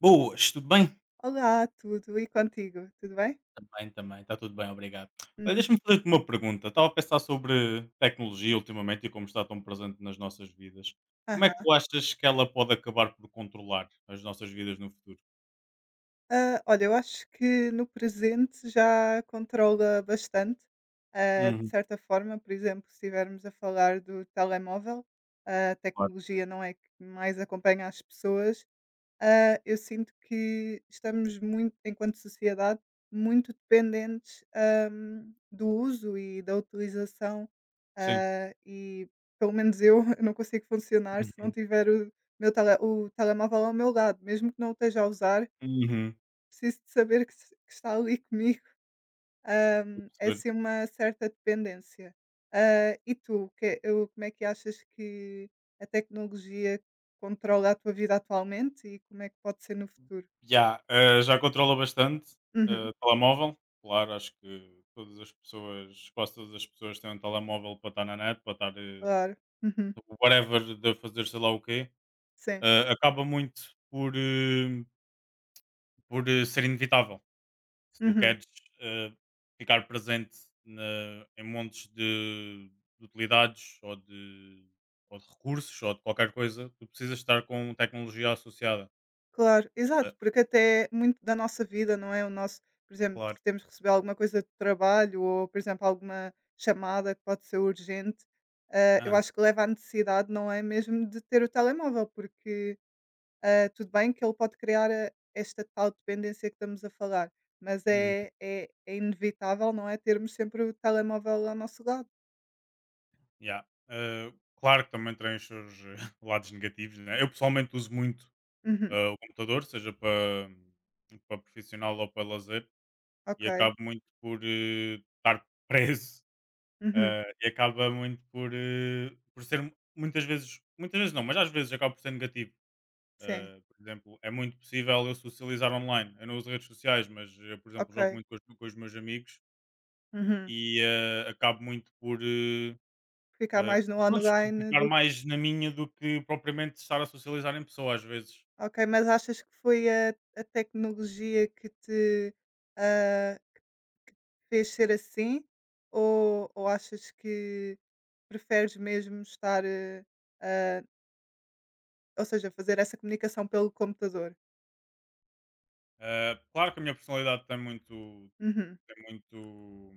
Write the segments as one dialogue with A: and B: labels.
A: Boas, tudo bem?
B: Olá, tudo e contigo? Tudo bem?
A: Também, também, está tudo bem, obrigado. Olha,
B: Uhum.
A: deixa-me fazer-te uma pergunta. Estava a pensar sobre tecnologia ultimamente e como está tão presente nas nossas vidas. Como é que
B: Aham.
A: tu achas que ela pode acabar por controlar as nossas vidas no futuro?
B: Olha, eu acho que no presente já controla bastante, de
A: Uhum,
B: certa forma, por exemplo, se estivermos a falar do telemóvel, a
A: claro.
B: tecnologia não é que mais acompanha as pessoas. Eu sinto que estamos muito, enquanto sociedade, muito dependentes, do uso e da utilização,
A: Sim.
B: e pelo menos eu, eu não consigo funcionar se não
A: Uhum.
B: tiver o telemóvel ao meu lado, mesmo que não o esteja a usar,
A: Uhum.
B: preciso de saber que se que está ali comigo,
A: Estou a
B: é
A: perceber.
B: assim uma certa dependência. E tu, que o como é que achas que a tecnologia controla a tua vida atualmente e como é que pode ser no futuro?
A: Já controla bastante.
B: Uhum,
A: Telemóvel, claro, acho que todas as pessoas, quase todas as pessoas têm um telemóvel para estar na net, para estar
B: claro. Uhum,
A: whatever de fazer sei lá o quê.
B: sim.
A: Acaba muito por ser inevitável. Se tu
B: Uhum,
A: queres eh, ficar presente em montes de utilidades ou de recursos ou de qualquer coisa, tu precisas estar com tecnologia associada.
B: claro.
A: Eh,
B: Exato, porque até muito da nossa vida, não é, o nosso por exemplo,
A: Claro.
B: se temos que receber alguma coisa de trabalho ou, por exemplo, alguma chamada que pode ser urgente, eu
A: Aham.
B: acho que leva à necessidade, não é, mesmo de ter o telemóvel, porque, tudo bem que ele pode criar, esta tal dependência que estamos a falar, mas
A: Uhum.
B: é inevitável, não é, termos sempre o telemóvel ao nosso lado.
A: Yeah. Claro que também tem os seus lados negativos. Né? Eu pessoalmente uso muito
B: Uhum,
A: o computador, seja para profissional ou para lazer, e
B: ok.
A: acabo muito por estar preso.
B: Uhum,
A: E acaba muito por, por ser muitas vezes não, mas às vezes acaba por ser negativo.
B: sim,
A: Por exemplo, é muito possível eu socializar online. Eu não uso redes sociais, mas eu, por exemplo,
B: ok.
A: jogo muito com os meus amigos
B: Uhum.
A: e acabo muito por
B: Ficar
A: ah,
B: mais no
A: pronto, por
B: online
A: ficar
B: do
A: mais na minha do que propriamente estar a socializar em pessoa às vezes.
B: ok, mas achas que foi a tecnologia que te, ah, fez ser assim? Ou achas que preferes mesmo estar, ah, ou seja, fazer essa comunicação pelo computador?
A: Claro que a minha personalidade tem muito,
B: Uhum,
A: tem muito,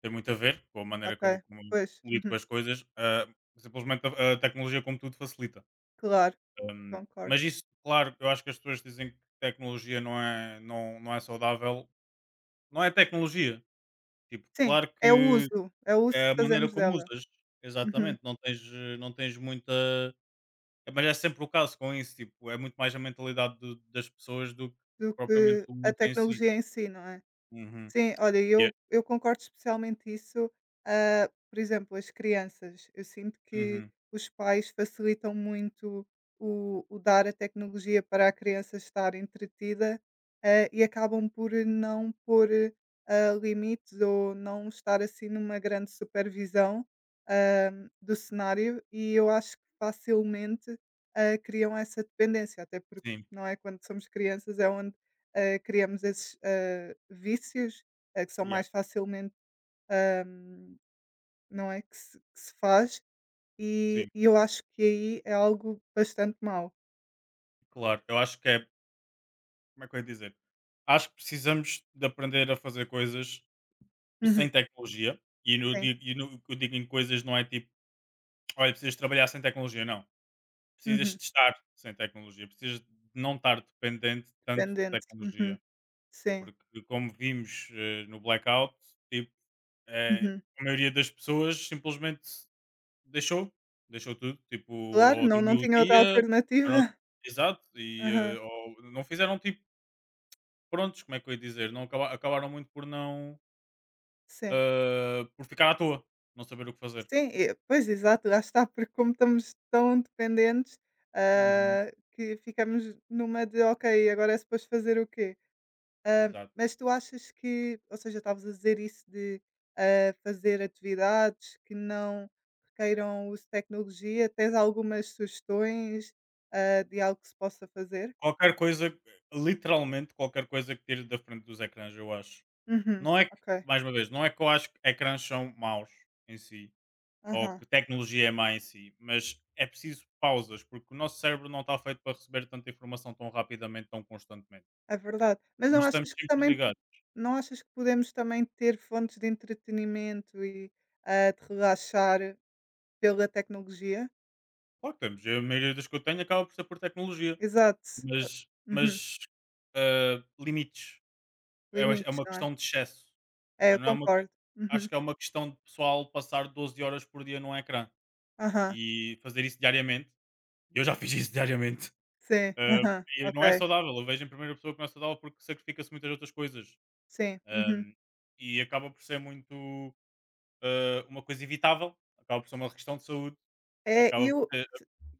A: tem muito a ver com a maneira como,
B: ok.
A: como eu
B: Pois,
A: lido com
B: uhum,
A: as coisas. Simplesmente a tecnologia, como tudo, facilita.
B: claro, concordo.
A: Mas isso, claro, eu acho que as pessoas dizem que tecnologia não é saudável. Não é tecnologia. Tipo,
B: Sim,
A: claro que
B: é o uso
A: é
B: que
A: a maneira
B: fazemos
A: como
B: dela.
A: usas.
B: Uhum,
A: Exatamente. Não tens muita. Mas é sempre o caso com isso. Tipo, é muito mais a mentalidade das pessoas do que
B: do
A: propriamente
B: que
A: o
B: a
A: mundo em si.
B: tecnologia em si, não é?
A: Uhum.
B: Sim, olha,
A: Yeah.
B: eu concordo especialmente isso, por exemplo, as crianças, eu sinto que
A: Uhum.
B: os pais facilitam muito o dar a tecnologia para a criança estar entretida, e acabam por não pôr, limites ou não estar, assim, numa grande supervisão, ah, do cenário e eu acho que facilmente, criam essa dependência, até porque,
A: Sim.
B: não é, quando somos crianças é onde criamos esses vícios que são
A: Yeah.
B: mais facilmente ahm, não é que se faz e,
A: Sim.
B: e eu acho que aí é algo bastante mau.
A: Claro. Eu acho que é. Como é que eu ia dizer? Acho que precisamos de aprender a fazer coisas
B: Uhum,
A: sem tecnologia, e no
B: sim,
A: di e no o que eu digo em coisas não é tipo: "Olha, precisas trabalhar sem tecnologia", não. Precisas
B: uhum,
A: de estar sem tecnologia, precisas de não estar dependente tanto de
B: dependente, uhum,
A: tecnologia,
B: sim,
A: porque como vimos, no blackout, tipo, eh,
B: uhum.
A: a maioria das pessoas simplesmente deixou, tudo, tipo,
B: Claro,
A: ou
B: não, não
A: dormiu o
B: tinha outra
A: dia, ou não
B: alternativa.
A: exato, e,
B: Aham,
A: ou não fizeram tipo prontos, como é que eu ia dizer? Não acabaram muito por não,
B: sim,
A: por ficar à toa, não saber o que fazer.
B: sim, pois exato, lá está, porque como estamos tão dependentes
A: Uhum,
B: que ficamos numa de ok, agora é suposto fazer o quê? Hã,
A: exato.
B: mas tu achas que ou seja, estavas a dizer isso de, fazer atividades que não requeiram o uso de tecnologia. Tens algumas sugestões, de algo que se possa fazer?
A: Qualquer coisa, literalmente qualquer coisa que tire da frente dos ecrãs, eu acho.
B: Uhum.
A: Não é que,
B: Ok.
A: mais uma vez, não é que eu acho que ecrãs são maus em si, ou
B: Aham.
A: que tecnologia é má em si, mas é preciso pausas, porque o nosso cérebro não está feito para receber tanta informação tão rapidamente, tão constantemente.
B: É verdade. Mas não
A: Nós estamos
B: achas que
A: sempre
B: também po
A: ligados.
B: Não achas que podemos também ter fontes de entretenimento e, de relaxar pela tecnologia?
A: Claro que estamos, a maioria das que eu tenho acaba por ser por tecnologia,
B: Exato.
A: mas,
B: Uhum.
A: mas ah, limites. É uma é
B: Limites,
A: uma
B: não é?
A: questão de excesso.
B: É, eu
A: Não é uma que
B: concordo.
A: acho
B: Uhum.
A: que é uma questão de pessoal passar 12 horas por dia num ecrã
B: Aham.
A: e fazer isso diariamente. Eu já fiz isso diariamente.
B: Sim.
A: Ah,
B: Aham.
A: e não é
B: Ok.
A: saudável. Eu vejo em primeira pessoa que não é saudável porque sacrifica-se muitas outras coisas.
B: Sim, uhum.
A: Ahm, e acaba por ser muito uma coisa evitável, acaba por ser uma questão de saúde,
B: É, e
A: acaba por
B: eu
A: ser.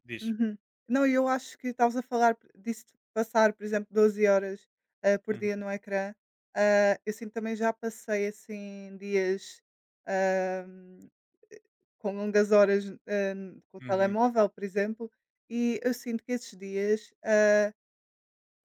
A: Diz.
B: uhum. Não, e eu acho que estavas a falar disso de passar, por exemplo, 12 horas, por
A: Uhum.
B: dia no ecrã. Eu sinto também já passei, assim, dias, hã, com longas horas, com o
A: Uhum.
B: telemóvel, por exemplo, e eu sinto que esses dias,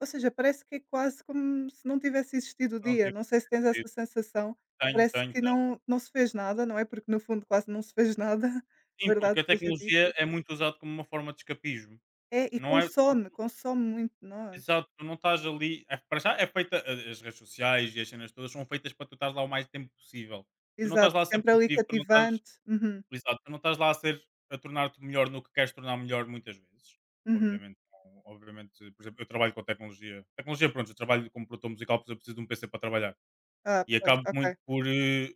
B: ou seja, parece que é quase como se não tivesse existido o
A: Não
B: dia.
A: tive
B: Não sei se tens essa
A: percebido.
B: sensação,
A: Tenho,
B: parece
A: tenho,
B: que
A: tenho.
B: não não se fez nada, não é, porque no fundo quase não se fez nada,
A: Sim,
B: verdade
A: porque a
B: seja
A: tecnologia
B: dita.
A: é muito usada como uma forma de escapismo.
B: É, e
A: Não é
B: consome muito nós.
A: exato, tu não estás ali. É, para já é feita. As redes sociais e as cenas todas são feitas para tu estás lá o mais tempo possível. Tu não estás
B: Exato,
A: lá a ser
B: sempre ali
A: produtivo, tu não estás.
B: cativante. Uhum,
A: Exato, tu não estás lá a ser. A tornar-te melhor no que queres tornar melhor muitas vezes.
B: uhum.
A: Obviamente. Obviamente, por exemplo, eu trabalho com tecnologia. Tecnologia, pronto, eu trabalho como produtor musical, pois eu preciso de um PC para trabalhar.
B: Ah,
A: E
B: pois,
A: acabo muito
B: ok.
A: por.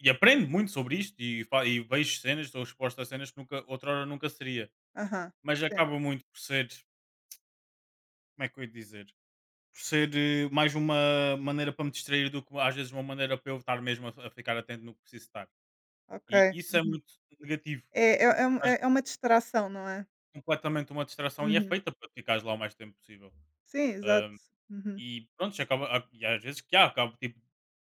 A: E aprendo muito sobre isto e, e vejo cenas, estou exposto a cenas que nunca, outrora nunca seria.
B: Aham.
A: Mas
B: Sim,
A: acaba muito por ser. Como é que eu ia dizer? Por ser, mais uma maneira para me distrair do que às vezes uma maneira para eu estar mesmo a ficar atento no que preciso estar.
B: ok.
A: E isso é
B: Uhum.
A: muito negativo.
B: É é é um
A: Estás
B: é é uma distração, não é?
A: completamente uma distração e é
B: Uhum.
A: feita para ficares lá o mais tempo possível.
B: Sim, exato.
A: Ahm,
B: Uhum.
A: e pronto, acaba, e às vezes que há, acabo tipo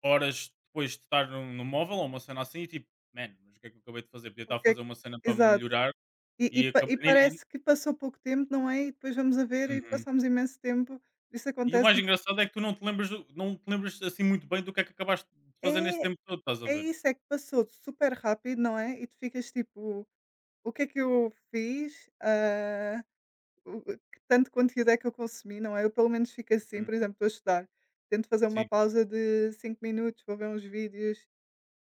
A: horas depois de estar no móvel ou uma cena assim e tipo, man, mas o que é que eu acabei de fazer? Podia
B: O
A: estar a
B: que é
A: fazer
B: que
A: uma cena para me
B: exato.
A: melhorar
B: E e
A: e
B: pa e
A: acabei.
B: parece que passou pouco tempo, não é? E depois vamos a ver e
A: Uhum.
B: passamos imenso tempo. Isso
A: E o
B: acontece
A: mais engraçado é que tu não te lembras, não te lembras assim muito bem do que é que acabaste de fazer nesse
B: é,
A: tempo todo, estás a
B: é
A: ver?
B: isso, é que passou super rápido, não é? E tu ficas tipo: "O que é que eu fiz?" Hã O que tanto conteúdo é que eu consumi, não é? Eu pelo menos fico assim,
A: Uhum.
B: por exemplo, estou a estudar, tento fazer uma
A: Sim,
B: pausa de 5 minutos, vou ver uns vídeos,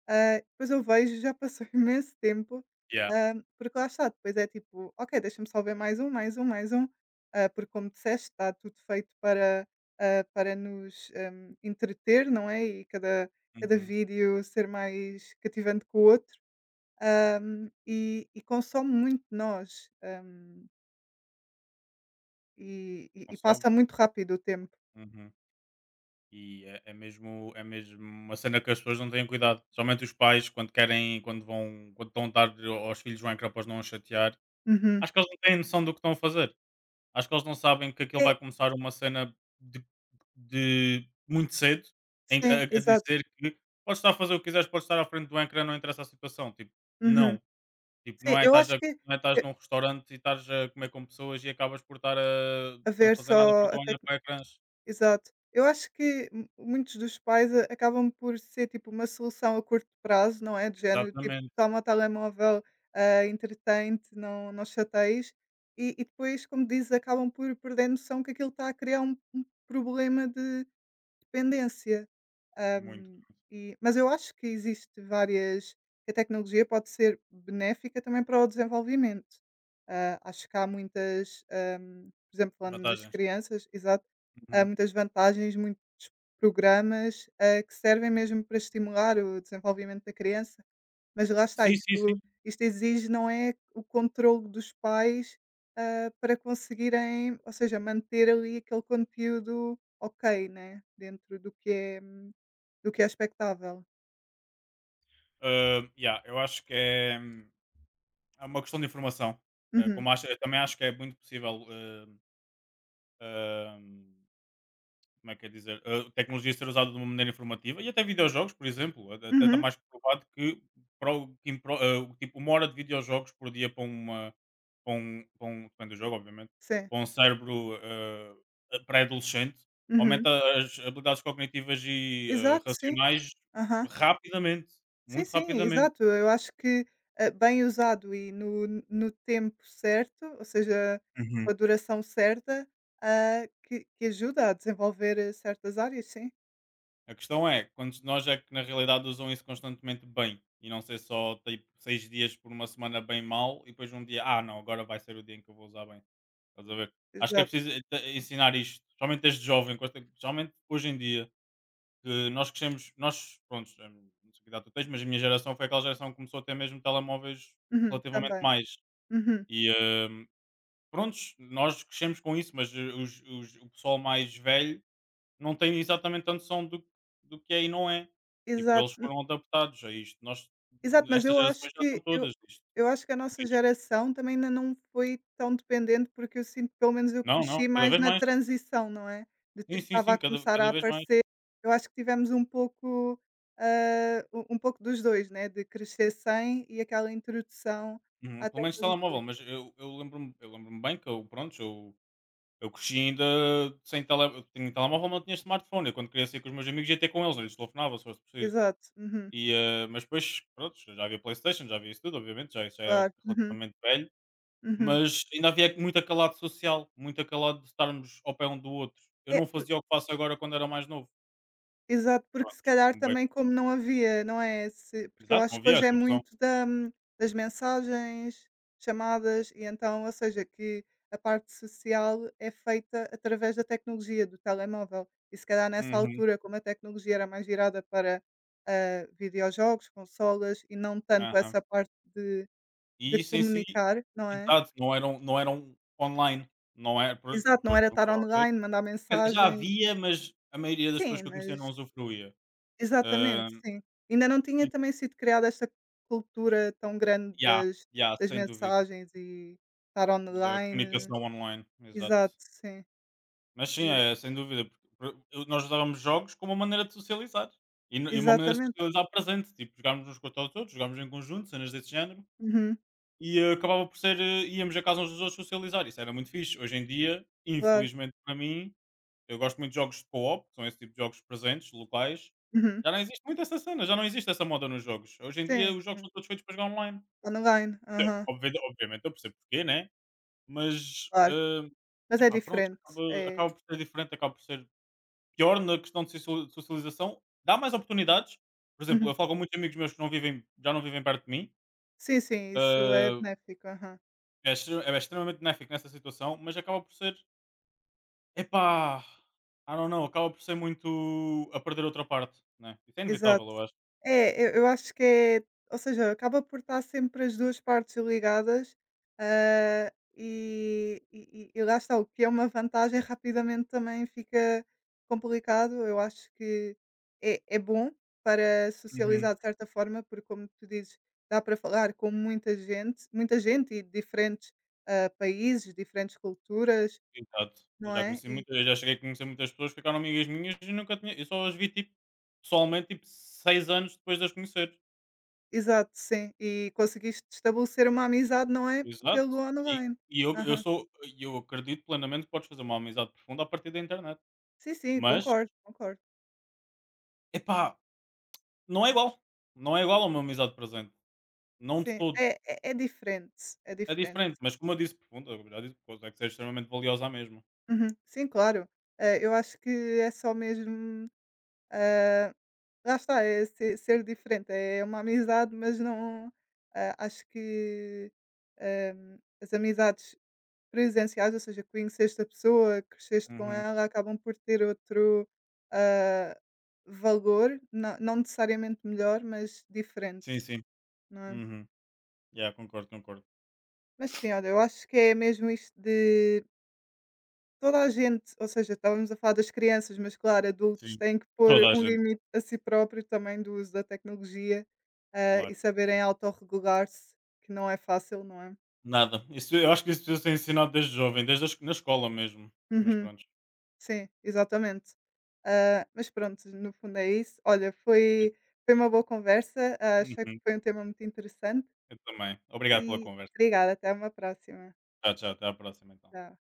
B: depois eu vejo, já passou imenso tempo,
A: yeah.
B: porque lá está, depois é tipo, ok, deixa-me só ver mais um, mais um, mais um, porque como disseste, está tudo feito para, para nos entreter, não é? E cada, cada
A: Uhum.
B: vídeo ser mais cativante que o outro e consome muito de nós e, e
A: Consome.
B: passa muito rápido o tempo.
A: Uhum. E é mesmo uma cena que as pessoas não têm cuidado. Somente os pais, quando querem, quando vão, quando estão a dar aos filhos o ecrã para os não os chatear,
B: Uhum.
A: acho que eles não têm noção do que estão a fazer. Acho que eles não sabem que aquilo
B: É,
A: vai começar uma cena de muito cedo em-
B: sim,
A: a, a
B: exato.
A: dizer que podes estar a fazer o que quiseres, podes estar à frente do ecrã, não interessa a situação. Tipo,
B: Uhum.
A: não. Tipo,
B: Sim, eu acho que
A: não é estás
B: e
A: num restaurante e estás a comer com pessoas e acabas por estar a não
B: haver
A: fazer nada porque
B: só a
A: estão a olhar
B: tec
A: para ecrãs.
B: exato. Eu acho que mu muitos dos pais a acabam por ser, tipo, uma solução a curto prazo, não é, do género, tipo:
A: Exatamente,
B: "Toma o telemóvel, entretém-te, não não chateies", e depois, como dizes, acabam por perder a noção que aquilo está a criar um problema de dependência.
A: muito.
B: Hum, e mas eu acho que existe várias que a tecnologia pode ser benéfica também para o desenvolvimento. Acho que há muitas, por exemplo, falando nas
A: Vantagens.
B: crianças, exato, há
A: Uhum.
B: muitas vantagens, muitos programas, que servem mesmo para estimular o desenvolvimento da criança, mas lá está,
A: Sim, sim,
B: isto
A: sim.
B: isto exige, não é, o controlo dos pais, para conseguirem, ou seja, manter ali aquele conteúdo ok, né, dentro do que é expectável.
A: Yeah, eu acho que é uma questão de informação. Eh,
B: Uhum,
A: como acho Eu também acho que é muito possível, como é que é dizer, a tecnologia ser usada de uma maneira informativa e até videojogos, por exemplo, até está
B: uhum,
A: mais provado que, tipo, uma hora de videojogos por dia para um depende do jogo, obviamente,
B: sim,
A: para um cérebro pré-adolescente,
B: uhum.
A: aumenta as habilidades cognitivas e
B: Exato, sim,
A: racionais
B: aham.
A: rapidamente,
B: Sim,
A: muito
B: sim,
A: rapidamente.
B: exato. Eu acho que, bem usado e no tempo certo, ou seja, com a duração certa, que ajuda a desenvolver certas áreas, sim,
A: A questão é, quantos de nós é que na realidade usam isso constantemente bem e não ser só tipo 6 dias por uma semana bem mal e depois um dia, ah não, agora vai ser o dia em que eu vou usar bem. Estás a ver? Acho que é
B: exato.
A: preciso ensinar isto, somente desde jovem, somente hoje em dia, que nós crescemos, nós, pronto, não sei que idade tu tens, mas a minha geração foi aquela geração que começou a ter mesmo telemóveis
B: Uhum,
A: relativamente
B: também.
A: mais.
B: Uhum,
A: E prontos, nós crescemos com isso, mas o pessoal mais velho não tem exatamente tanto som do que é e não é. Tipo, eles
B: exato.
A: foram adaptados a isto. Nós,
B: Exato, mas
A: estas
B: eu
A: gerações
B: acho
A: já estão
B: que eu
A: todas disto.
B: eu acho que a nossa
A: Disto.
B: geração também ainda não foi tão dependente, porque eu sinto, pelo menos eu
A: Não, não,
B: cresci
A: cada
B: mais
A: vez
B: na
A: mais.
B: transição, não é, de
A: Sim,
B: tipo
A: sim,
B: estava
A: sim,
B: a
A: cada,
B: começar a
A: cada vez mais.
B: aparecer. Eu acho que tivemos um pouco, um pouco dos 2 né, de crescer sem e aquela introdução
A: Uhum,
B: à
A: pelo menos
B: tecnologia.
A: telemóvel, mas eu lembro bem que eu, pronto, eu cresci ainda sem tele, eu tinha telemóvel, não tinha smartphone. Eu quando queria sair com os meus amigos ia ter com eles, eu lhes telefonava se fosse preciso.
B: Exato, uhum,
A: E, mas depois, pronto, já havia Playstation, já havia isso tudo, obviamente, já, isso já é
B: claro, uhum,
A: relativamente velho.
B: uhum.
A: Mas ainda havia muito acalado social, muito acalado de estarmos ao pé um do outro. Eu
B: É.
A: não fazia o que faço agora quando era mais novo.
B: Exato, porque se
A: Pronto.
B: calhar
A: Um bem
B: também
A: mais
B: como
A: novo.
B: não havia, não é, se porque eu
A: Exato, não
B: acho que
A: havia
B: hoje é
A: essa opção.
B: muito da das mensagens, chamadas e então, ou seja, que a parte social é feita através da tecnologia, do telemóvel e se calhar nessa
A: Uhum,
B: altura, como a tecnologia era mais virada para, videojogos, consolas e não tanto
A: aham.
B: essa parte de
A: E isso em si
B: comunicar, não é?
A: exato, não eram online, não é pronto,
B: Exato, não
A: depois
B: era estar
A: começou a haver
B: online, mandar
A: quer dizer, já
B: mensagens.
A: havia, mas a maioria das pessoas
B: Sim,
A: que eu conhecia não
B: mas
A: usufruía. Hã,
B: exatamente, sim. Ainda não tinha
A: tipo
B: também sido criada esta cultura tão grande
A: yeah,
B: das
A: yeah,
B: das
A: sem dúvida,
B: mensagens e estar
A: da
B: online.
A: comunicação online, exato.
B: Exato, sim.
A: Mas sim,
B: E
A: é, sem dúvida, porque nós jogávamos jogos como uma maneira de socializar e, e uma maneira de
B: exatamente.
A: socializar presente, tipo, jogámos uns contra os outros, jogámos em conjunto, cenas desse género,
B: Uhum,
A: e acabava por ser, íamos a casa uns dos outros socializar, isso era muito fixe. Hoje em dia,
B: claro.
A: infelizmente para mim, eu gosto muito de jogos de co-op, que são esse tipo de jogos presentes, locais,
B: Uhum.
A: já não existe muito essa cena, já não existe essa moda nos jogos. Hoje em dia
B: Sim,
A: os jogos são
B: sim.
A: todos feitos para jogar online.
B: Online. Aham,
A: Obviamente, eu percebo porquê, né? Mas
B: claro. Mas é
A: epá, pronto,
B: diferente.
A: acaba,
B: É
A: acaba por ser diferente, acaba por ser pior na questão de socialização, dá mais oportunidades. Por exemplo, eu
B: uhum.
A: falo com muitos amigos meus que não vivem já não vivem perto de mim,
B: Sim, sim, isso é
A: ah,
B: benéfico. Aham.
A: é extremamente benéfico nessa situação, mas acaba por ser, epá, I don't know, acaba por ser muito a perder outra parte, né, isso é inevitável,
B: Exato.
A: eu acho.
B: É, eu acho que é ou seja, acaba por estar sempre as 2 partes ligadas, e lá está, o que é uma vantagem rapidamente também fica complicado. Eu acho que é bom para
A: Uhum,
B: socializar de certa forma, porque como tu dizes, dá para falar com muita gente e diferentes, países, diferentes culturas,
A: exato.
B: não é?
A: Eu já cheguei a conhecer muitas pessoas que ficaram amigas minhas e nunca tinha eu só as vi, tipo, pessoalmente, tipo, 6 anos depois de as conhecer.
B: Exato, sim. E conseguiste estabelecer uma amizade, não é,
A: Exato.
B: pelo
A: E,
B: online.
A: e eu
B: Aham.
A: sou e eu acredito plenamente que podes fazer uma amizade profunda a partir da internet.
B: Sim, sim,
A: Mas,
B: concordo, concordo.
A: epá, não é igual. Não é igual a uma amizade presente. Não de
B: Sim,
A: todo.
B: é diferente, é
A: É
B: diferente.
A: diferente, mas como eu disse profunda, eu já disse coisa, é que seja extremamente valiosa à mesma.
B: Uhum. Sim, claro. Eu acho que é só mesmo, ah, lá está, é se ser diferente, é uma amizade, mas não, acho que, as amizades presenciais, ou seja, conheceste a pessoa, cresceste com
A: Uhum.
B: ela, acabam por ter outro, ah, valor, na não necessariamente melhor, mas diferente,
A: Sim, sim.
B: não é?
A: Uhum. Yeah, concordo, concordo.
B: Mas sim, olha, eu acho que é mesmo isto de toda a gente, ou seja, estávamos a falar das crianças, mas claro, adultos
A: Sim.
B: têm que pôr
A: Toda a
B: um
A: gente,
B: limite a si próprio também do uso da tecnologia,
A: claro.
B: e saberem autorregular-se, que não é fácil, não é?
A: Nada. Isso, eu acho que isso precisa ser ensinado desde jovem, desde na escola mesmo. Mas
B: Uhum.
A: pronto.
B: Sim, exatamente. Mas pronto, no fundo é isso. Olha, foi uma boa conversa, achei que
A: Uhum.
B: foi um tema muito interessante
A: Eu também. Obrigado pela
B: e
A: conversa.
B: obrigada, até uma próxima.
A: Tchau, tchau. Até à próxima, então.
B: Tchau.